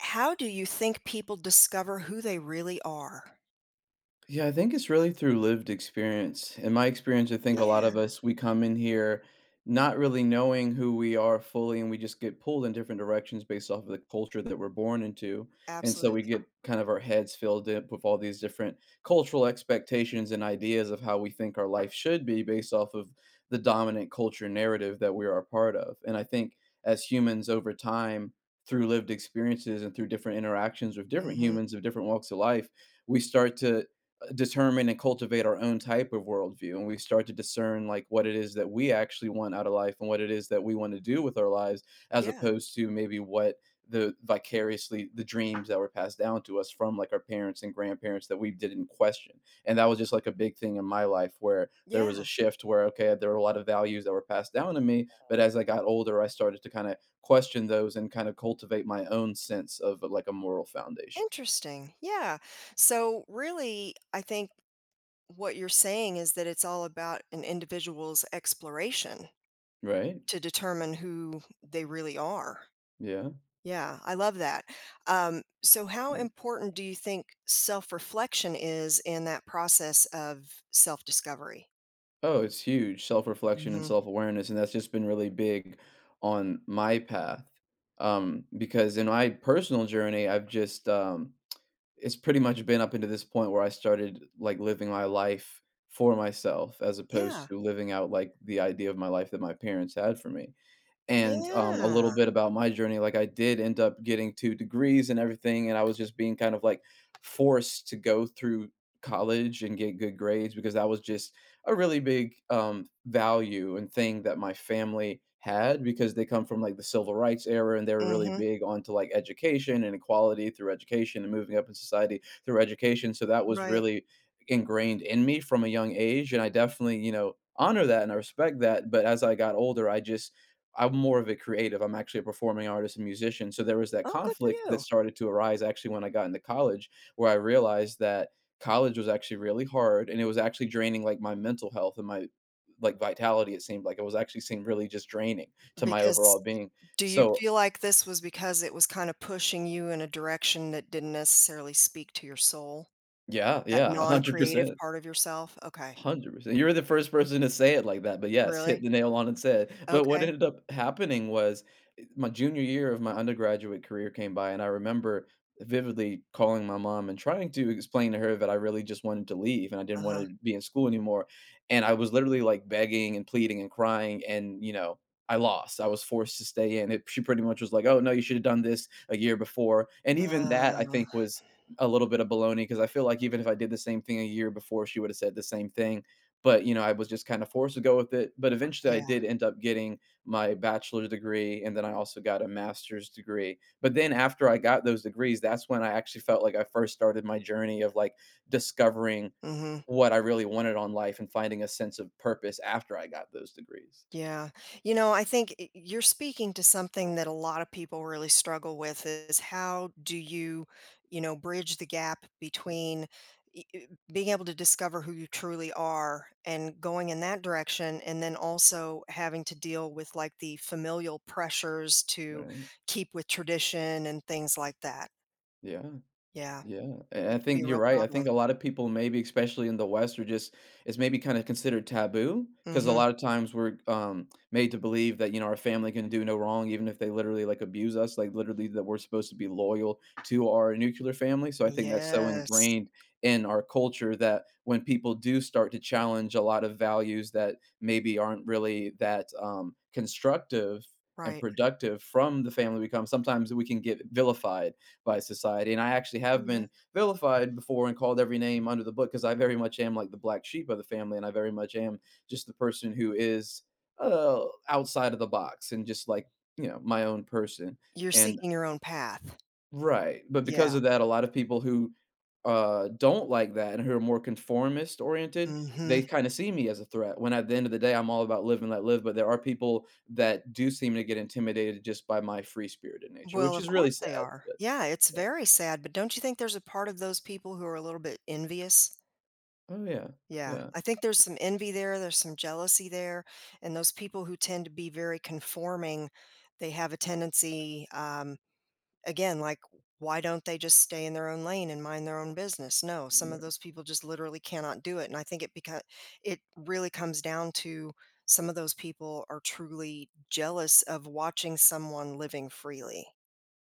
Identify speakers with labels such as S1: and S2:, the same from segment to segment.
S1: How do you think people discover who they really are?
S2: Yeah, I think it's really through lived experience. In my experience, I think a lot
S1: Yeah,
S2: of us, we come in here not really knowing who we are fully, and we just get pulled in different directions based off of the culture that we're born into. And so we
S1: absolutely.
S2: get kind of our heads filled up with all these different cultural expectations and ideas of how we think our life should be based off of the dominant culture narrative that we are a part of. And I think as humans over time, through lived experiences and through different interactions with different
S1: Mhm.
S2: humans of different walks of life, we start to determine and cultivate our own type of worldview, and we start to discern, like, what it is that we actually want out of life and what it is that we want to do with our lives as
S1: Yeah,
S2: opposed to maybe what the vicariously the dreams that were passed down to us from, like, our parents and grandparents that we didn't question. And that was just like a big thing in my life where there was a
S1: yeah,
S2: shift where, okay, there were a lot of values that were passed down to me, but as I got older, I started to kind of question those and kind of cultivate my own sense of, like, a moral foundation.
S1: interesting, yeah. So, really, I think what you're saying is that it's all about an individual's exploration
S2: Right.
S1: to determine who they really are.
S2: Yeah.
S1: Yeah, I love that. So how important do you think self-reflection is in that process of self-discovery?
S2: Oh, it's huge. Self-reflection and
S1: Mhm.
S2: self-awareness, and that's just been really big on my path. Because in my personal journey, I've just it's pretty much been up into this point where I started, like, living my life for myself as opposed
S1: Yeah.
S2: to living out, like, the idea of my life that my parents had for me. And a
S1: Yeah.
S2: little bit about my journey. Like I did end up getting two degrees and everything, and I was just being kind of like forced to go through college and get good grades because that was just a really big value and thing that my family had because they come from, like, the civil rights era, and they were really
S1: Mhm.
S2: big onto, like, education and equality through education and moving up in society through education. So that was
S1: Right.
S2: really ingrained in me from a young age, and I definitely, honor that, and I respect that. But as I got older, I'm more of a creative. I'm actually a performing artist and musician. So there was that
S1: Oh, good for
S2: conflict that
S1: you.
S2: started to arise actually when I got into college, where I realized that college was actually really hard and it was actually draining, like, my mental health and my, like, vitality. It seemed like it was actually seemed really just draining to my overall
S1: Because
S2: being.
S1: do you
S2: So
S1: feel like this was because it was kinda pushing you in a direction that didn't necessarily speak to your soul?
S2: yeah,
S1: That
S2: yeah,
S1: non-creative
S2: 100%.
S1: part of yourself? Okay.
S2: 100%. You were the first person to say it like that, but yes, hit
S1: Really?
S2: the nail on its head. But what
S1: Okay.
S2: ended up happening was, my junior year of my undergraduate career came by, and I remember vividly calling my mom and trying to explain to her that I really just wanted to leave and I didn't want
S1: Uh-huh.
S2: to be in school anymore. And I was literally like begging and pleading and crying. And, you know, I lost. I was forced to stay in. She pretty much was like, "Oh, no, you should have done this a year before." And even
S1: Uh,
S2: that, I think, was a little bit of baloney because I feel like even if I did the same thing a year before, she would have said the same thing. But, you know, I was just kind of forced to go with it. But eventually, I
S1: yeah.
S2: did end up getting my bachelor's degree, and then I also got a master's degree. But then after I got those degrees, that's when I actually felt like I first started my journey of, like, discovering
S1: Mhm.
S2: what I really wanted on life and finding a sense of purpose after I got those degrees.
S1: Yeah. You know, I think you're speaking to something that a lot of people really struggle with is how do you, bridge the gap between y- y- being able to discover who you truly are and going in that direction and then also having to deal with like the familial pressures to
S2: Right?
S1: keep with tradition and things like that.
S2: Yeah.
S1: Yeah.
S2: Yeah, and I
S1: It can be
S2: think
S1: a
S2: you're
S1: real
S2: right. I
S1: problem.
S2: think a lot of people maybe, especially in the West, are just it's maybe kind of considered taboo because a
S1: Mhm.
S2: lot of times we're made to believe that, you know, our family can do no wrong, even if they literally like abuse us, like literally that we're supposed to be loyal to our nuclear family. So I think that's so
S1: Yes.
S2: ingrained in our culture that when people do start to challenge a lot of values that maybe aren't really that constructive and
S1: Right.
S2: productive from the family we come, sometimes we can get vilified by society. And I actually
S1: Oh
S2: have
S1: yeah.
S2: been vilified before and called every name under the book because I very much am like the black sheep of the family. And I very much am just the person who is uh, outside of the box and just like, you know, my own person.
S1: You're
S2: And
S1: seeking your own path.
S2: right. But because
S1: Yeah.
S2: of that, a lot of people who don't like that and who are more conformist oriented, they
S1: Mhm.
S2: kind of see me as a threat, when at the end of the day, I'm all about live and let live. But there are people that do seem to get intimidated just by my free spirited nature,
S1: Well,
S2: which
S1: of
S2: is really
S1: course they
S2: sad.
S1: are.
S2: But
S1: Yeah, it's
S2: yeah.
S1: very sad, but don't you think there's a part of those people who are a little bit envious?
S2: Oh yeah.
S1: Yeah,
S2: Yeah.
S1: I think there's some envy there, there's some jealousy there, and those people who tend to be very conforming, they have a tendency, again, like, why don't they just stay in their own lane and mind their own business? No, some of those people just literally cannot do it, and I think it really comes down to some of those people are truly jealous of watching someone living freely.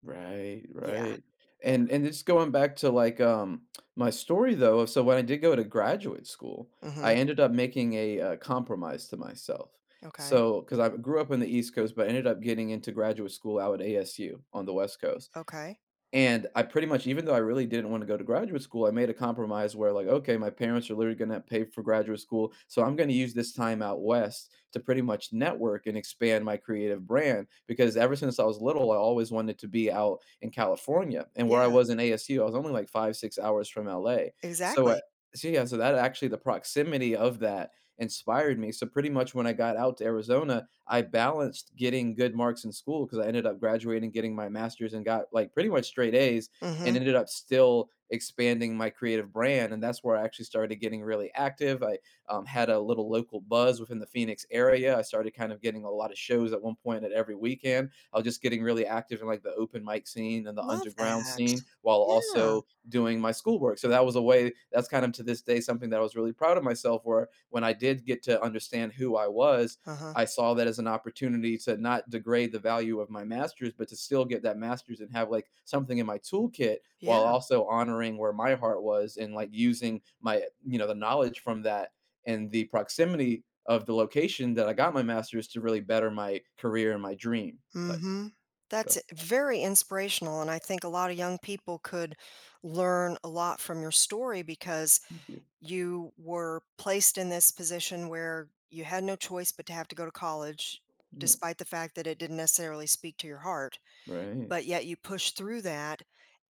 S2: R right,
S1: Yeah. Yeah.
S2: right. And just going back to, like, my story though. So when I did go to graduate school, I
S1: Mhm.
S2: ended up making a, compromise to myself.
S1: Okay.
S2: So because I grew up in the East Coast, but ended up getting into graduate school out at ASU on the West Coast.
S1: Okay.
S2: And I pretty much even though I really didn't wanna go to graduate school, I made a compromise where, like, "Okay, my parents are literally gonna pay for graduate school, so I'm gonna use this time out west to pretty much network and expand my creative brand," because ever since I was little, I always wanted to be out in California, and where I
S1: Yeah,
S2: was in ASU, I was only, like, 5, 6 hours from LA. So, uh
S1: exactly.
S2: so that actually the proximity of that inspired me. So pretty much when I got out to Arizona, I balanced getting good marks in school because I ended up graduating, getting my master's, and got like pretty much straight A's, and
S1: Mhm.
S2: ended up still expanding my creative brand. And that's where I actually started getting really active. I had a little local buzz within the Phoenix area. I started kind of getting a lot of shows at one point at every weekend. I was just getting really active in, like, the open mic scene and the
S1: Love
S2: underground
S1: that.
S2: scene while
S1: Yeah.
S2: also doing my schoolwork. So that was a way that's kind of to this day something that I was really proud of myself where when I did get to understand who I was,
S1: Uh-huh.
S2: I saw that as an opportunity to not degrade the value of my masters, but to still get that masters and have, like, something in my toolkit while
S1: Yeah.
S2: also honoring where my heart was and, like, using my, you know, the knowledge from that and the proximity of the location that I got my masters to really better my career and my dream type thing.
S1: Mhm.
S2: So
S1: That's very inspirational, and I think a lot of young people could learn a lot from your story because
S2: thank you.
S1: you were placed in this position where you had no choice but to have to go to college,
S2: Yeah.
S1: despite the fact that it didn't necessarily speak to your heart,
S2: Right.
S1: but yet you pushed through that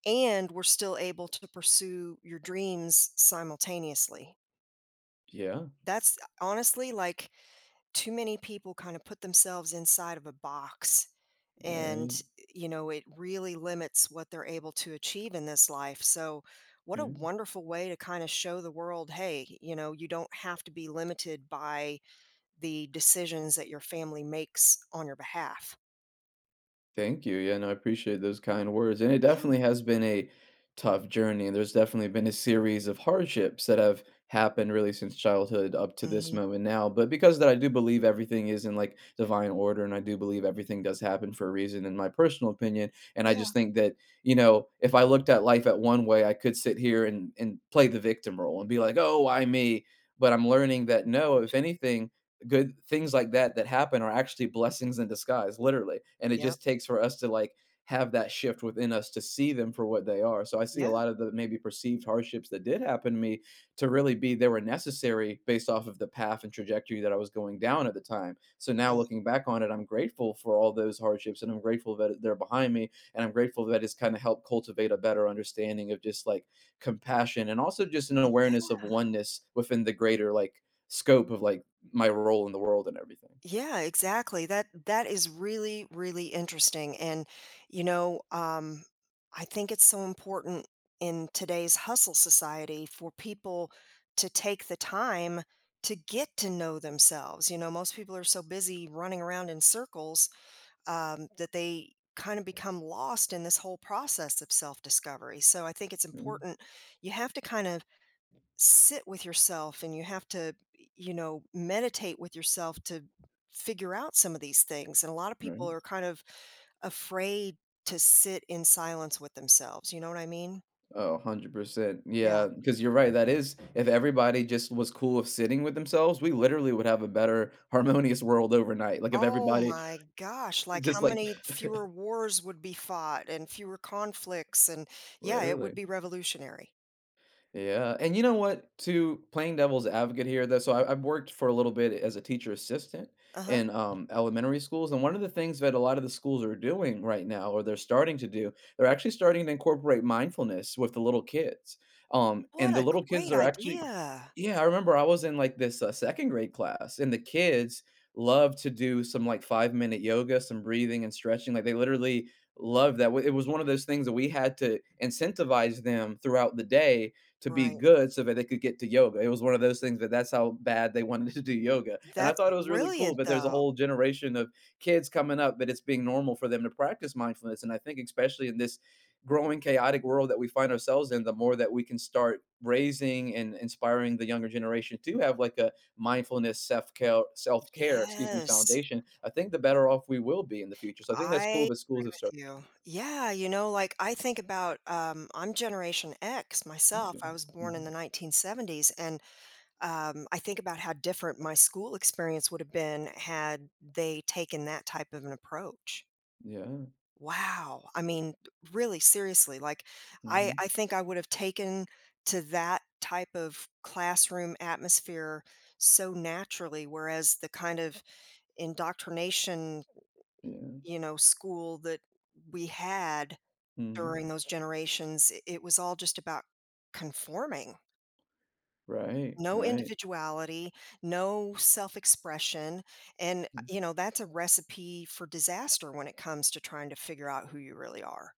S1: and were still able to pursue your dreams simultaneously.
S2: Yeah.
S1: That's honestly, like, too many people kinda put themselves inside of a box, and,
S2: Right.
S1: you know, it really limits what they're able to achieve in this life, so what a
S2: Yeah.
S1: wonderful way to kinda show the world, "Hey, you know, you don't have to be limited by the decisions that your family makes on your behalf."
S2: Thank you. Yeah, no, I appreciate those kind words. And it
S1: Yeah,
S2: definitely has been a tough journey. And there's definitely been a series of hardships that have happened really since childhood up to this
S1: mhm.
S2: moment now. But because of that, I do believe everything is in, like, divine order, and I do believe everything does happen for a reason in my personal opinion. And I
S1: Yeah,
S2: just think that, you know, if I looked at life at one way, I could sit here and play the victim role and be like, "Oh, why me?" But I'm learning that
S1: of
S2: no, if
S1: course.
S2: anything, good things like that happen are actually blessings in disguise, literally. And it
S1: Yep.
S2: just takes for us to, like, have that shift within us to see them for what they are. So I see a
S1: Yeah,
S2: lot of the maybe perceived hardships that did happen to me to really be they were necessary based off of the path and trajectory that I was going down at the time. So now
S1: yeah.
S2: looking back on it, I'm grateful for all those hardships, and I'm grateful that they're behind me, and I'm grateful that it's kind of helped cultivate a better understanding of just, like, compassion and also just an awareness of oneness within the greater, like, scope of, like, my role in the world and everything.
S1: Yeah, exactly. That that is really, really interesting. And you know, um, I think it's so important in today's hustle society for people to take the time to get to know themselves. You know, most people are so busy running around in circles that they kind of become lost in this whole process of self-discovery. So I think it's
S2: Yeah,
S1: important. You have to kind of sit with yourself and you have to meditate with yourself to figure out some of these things. And a lot of
S2: right.
S1: people are kind of afraid to sit in silence with themselves. You know what I mean?
S2: Oh, 100%. percent
S1: Yeah.
S2: Yeah, because 'cause you're right, that is if everybody just was cool with sitting with themselves, we literally would have a better harmonious world overnight. Like, if
S1: Oh
S2: everybody
S1: my gosh, like how
S2: just like
S1: many fewer wars would be fought and fewer conflicts and yeah, it would
S2: literally.
S1: be revolutionary.
S2: Yeah, and you know what? To playing devil's advocate here, I've worked for a little bit as a teacher assistant
S1: Uh-huh.
S2: in elementary schools, and one of the things that a lot of the schools are doing right now, or they're starting to do, they're actually starting to incorporate mindfulness with the little kids. And
S1: What
S2: the
S1: a
S2: little kids
S1: great
S2: are actually,
S1: idea.
S2: yeah, I remember I was in like this second grade class, and the kids love to do some like 5 minute yoga, some breathing and stretching. Like they literally love that. It was one of those things that we had to incentivize them throughout the day to be
S1: Right.
S2: good so that they could get to yoga. It was one of those things that that's how bad they wanted to do yoga. And I
S1: That's
S2: thought it was really cool,
S1: brilliant
S2: but there's a
S1: though.
S2: whole generation of kids coming up that it's being normal for them to practice mindfulness. And I think, especially in this growing chaotic world that we find ourselves in, the more that we can start raising and inspiring the younger generation to have like a mindfulness self care, excuse me,
S1: Yes.
S2: foundation, I think the better off we will be in the future. So I think that's cool
S1: I
S2: that schools
S1: agree
S2: have started
S1: with you. Yeah, you know, like I think about I'm Generation X myself. I
S2: thinking.
S1: was born in
S2: Mhm.
S1: the 1970s and I think about how different my school experience would have been had they taken that type of an approach.
S2: Yeah.
S1: Wow. I mean, really seriously, like I
S2: Hmm.
S1: I think I would have taken to that type of classroom atmosphere so naturally whereas the kind of indoctrination,
S2: Yeah.
S1: you know, school that we had
S2: Hmm.
S1: during those generations, I it was all just about conforming.
S2: Right,
S1: No
S2: right,
S1: individuality, no self-expression, and,
S2: mm,
S1: you know, that's a recipe for disaster when it comes to trying to figure out who you really are.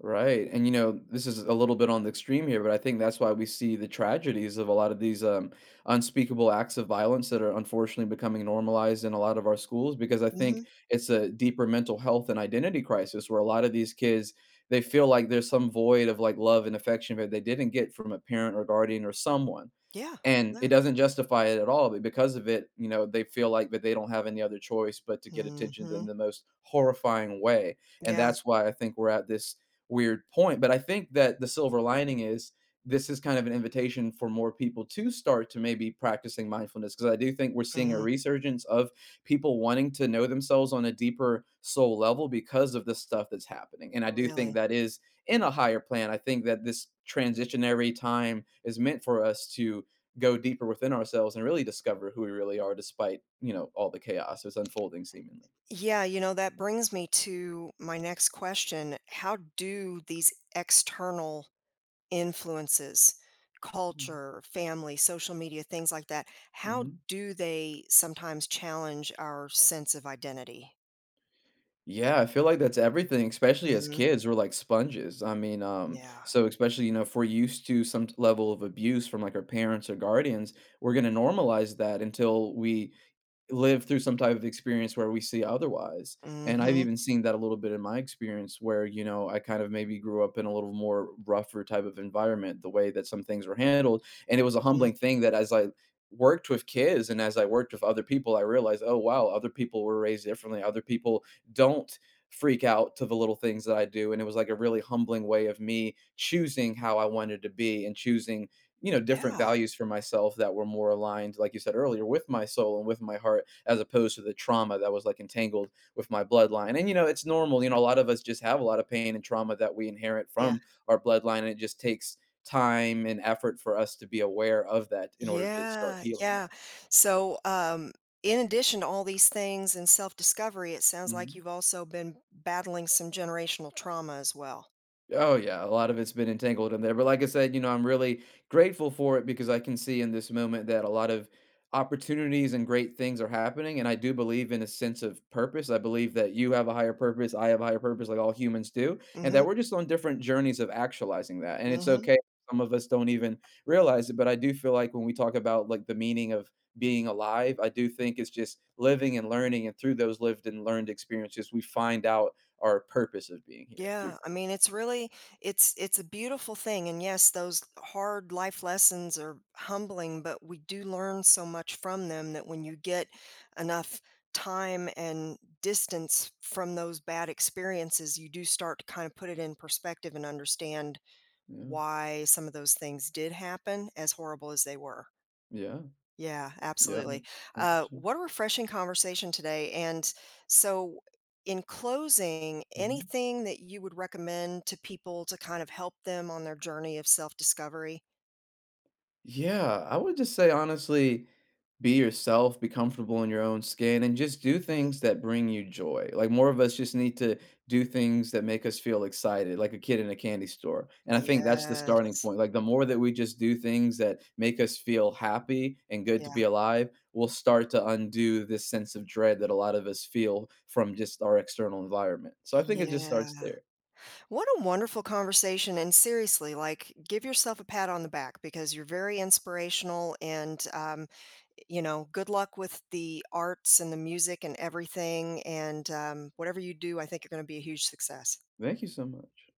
S2: right, and, you know, this is a little bit on the extreme here, but I think that's why we see the tragedies of a lot of these, unspeakable acts of violence that are unfortunately becoming normalized in a lot of our schools because I think
S1: Mhm.
S2: it's a deeper mental health and identity crisis where a lot of these kids, they feel like there's some void of, like, love and affection that they didn't get from a parent or guardian or someone,
S1: Yeah,
S2: and it
S1: yeah.
S2: doesn't justify it at all, but because of it, they feel like that they don't have any other choice but to get attention in
S1: Mhm.
S2: the most horrifying way, and
S1: Yeah,
S2: that's why I think we're at this weird point, but I think that the silver lining is this is kind of an invitation for more people to start to maybe practicing mindfulness because I do think we're seeing a
S1: mhm.
S2: resurgence of people wanting to know themselves on a deeper soul level because of the stuff that's happening, and I do think
S1: Really.
S2: that is in a higher plan. I think that this transitionary time is meant for us to go deeper within ourselves and really discover who we really are despite, all the chaos that's unfolding seemingly.
S1: Yeah, you know, that brings me to my next question. How do these external influences,
S2: Mm,
S1: culture, family, social media, things like that, how
S2: mhm.
S1: do they sometimes challenge our sense of identity?
S2: Yeah, I feel like that's everything, especially as
S1: Mhm.
S2: kids, we're like sponges. I mean,
S1: Yeah.
S2: so especially, if we're used to some level of abuse from like our parents or guardians, we're gonna normalize that until we live through some type of experience where we see otherwise, and I've
S1: Mhm.
S2: even seen that a little bit in my experience where, I kind of maybe grew up in a little more rougher type of environment, the way that some things were handled, and it was a
S1: Mm.
S2: humbling thing that as I worked with kids and as I worked with other people, I realized, "Oh, wow, other people were raised differently, other people don't freak out to the little things that I do," and it was like a really humbling way of me choosing how I wanted to be and choosing different
S1: Yeah.
S2: values for myself that were more aligned like you said earlier with my soul and with my heart as opposed to the trauma that was like entangled with my bloodline and it's normal, a lot of us just have a lot of pain and trauma that we inherit
S1: Yeah.
S2: from our bloodline and it just takes time and effort for us to be aware of that in order to start
S1: Yeah.
S2: healing
S1: Yeah.
S2: that.
S1: So, in addition to all these things and self-discovery, it sounds like
S2: Mm-hmm.
S1: you've also been battling some generational trauma as well.
S2: Oh, yeah, a lot of it's been entangled in there, but like I said, I'm really grateful for it because I can see in this moment that a lot of opportunities and great things are happening, and I do believe in a sense of purpose. I believe that you have a higher purpose, I have a higher purpose, like all humans do, and
S1: Mhm.
S2: that we're just on different journeys of actualizing that. And it's
S1: Mhm.
S2: okay, if some of us don't even realize it, but I do feel like when we talk about like the meaning of being alive, I do think it's just living and learning, and through those lived and learned experiences, we find out our purpose of being here through.
S1: Yeah, I mean, it's it's a beautiful thing and yes, those hard life lessons are humbling, but we do learn so much from them that when you get enough time and distance from those bad experiences, you do start to kind of put it in perspective and understand
S2: Yeah.
S1: why some of those things did happen, as horrible as they were.
S2: Yeah,
S1: Yeah,
S2: yeah,
S1: absolutely.
S2: 100%.
S1: What a refreshing conversation today. And so, in closing,
S2: Mhm.
S1: anything that you would recommend to people to kind of help them on their journey of self discovery?
S2: Yeah, I would just say honestly, be yourself, be comfortable in your own skin, and just do
S1: Mhm.
S2: things that bring you joy. Like more of us just need to do things that make us feel excited, like a kid in a candy store. And I think that's the starting
S1: Yes.
S2: point. Like the more that we just do things that make us feel happy and good to be
S1: Yeah.
S2: alive, we'll start to undo this sense of dread that a lot of us feel from just our external environment. So I think it just starts
S1: Yeah.
S2: there.
S1: What a wonderful conversation. And seriously, like, give yourself a pat on the back because you're very inspirational. And, you know, good luck with the arts and the music and everything. And whatever you do, I think you're going to be a huge success.
S2: Thank you so much.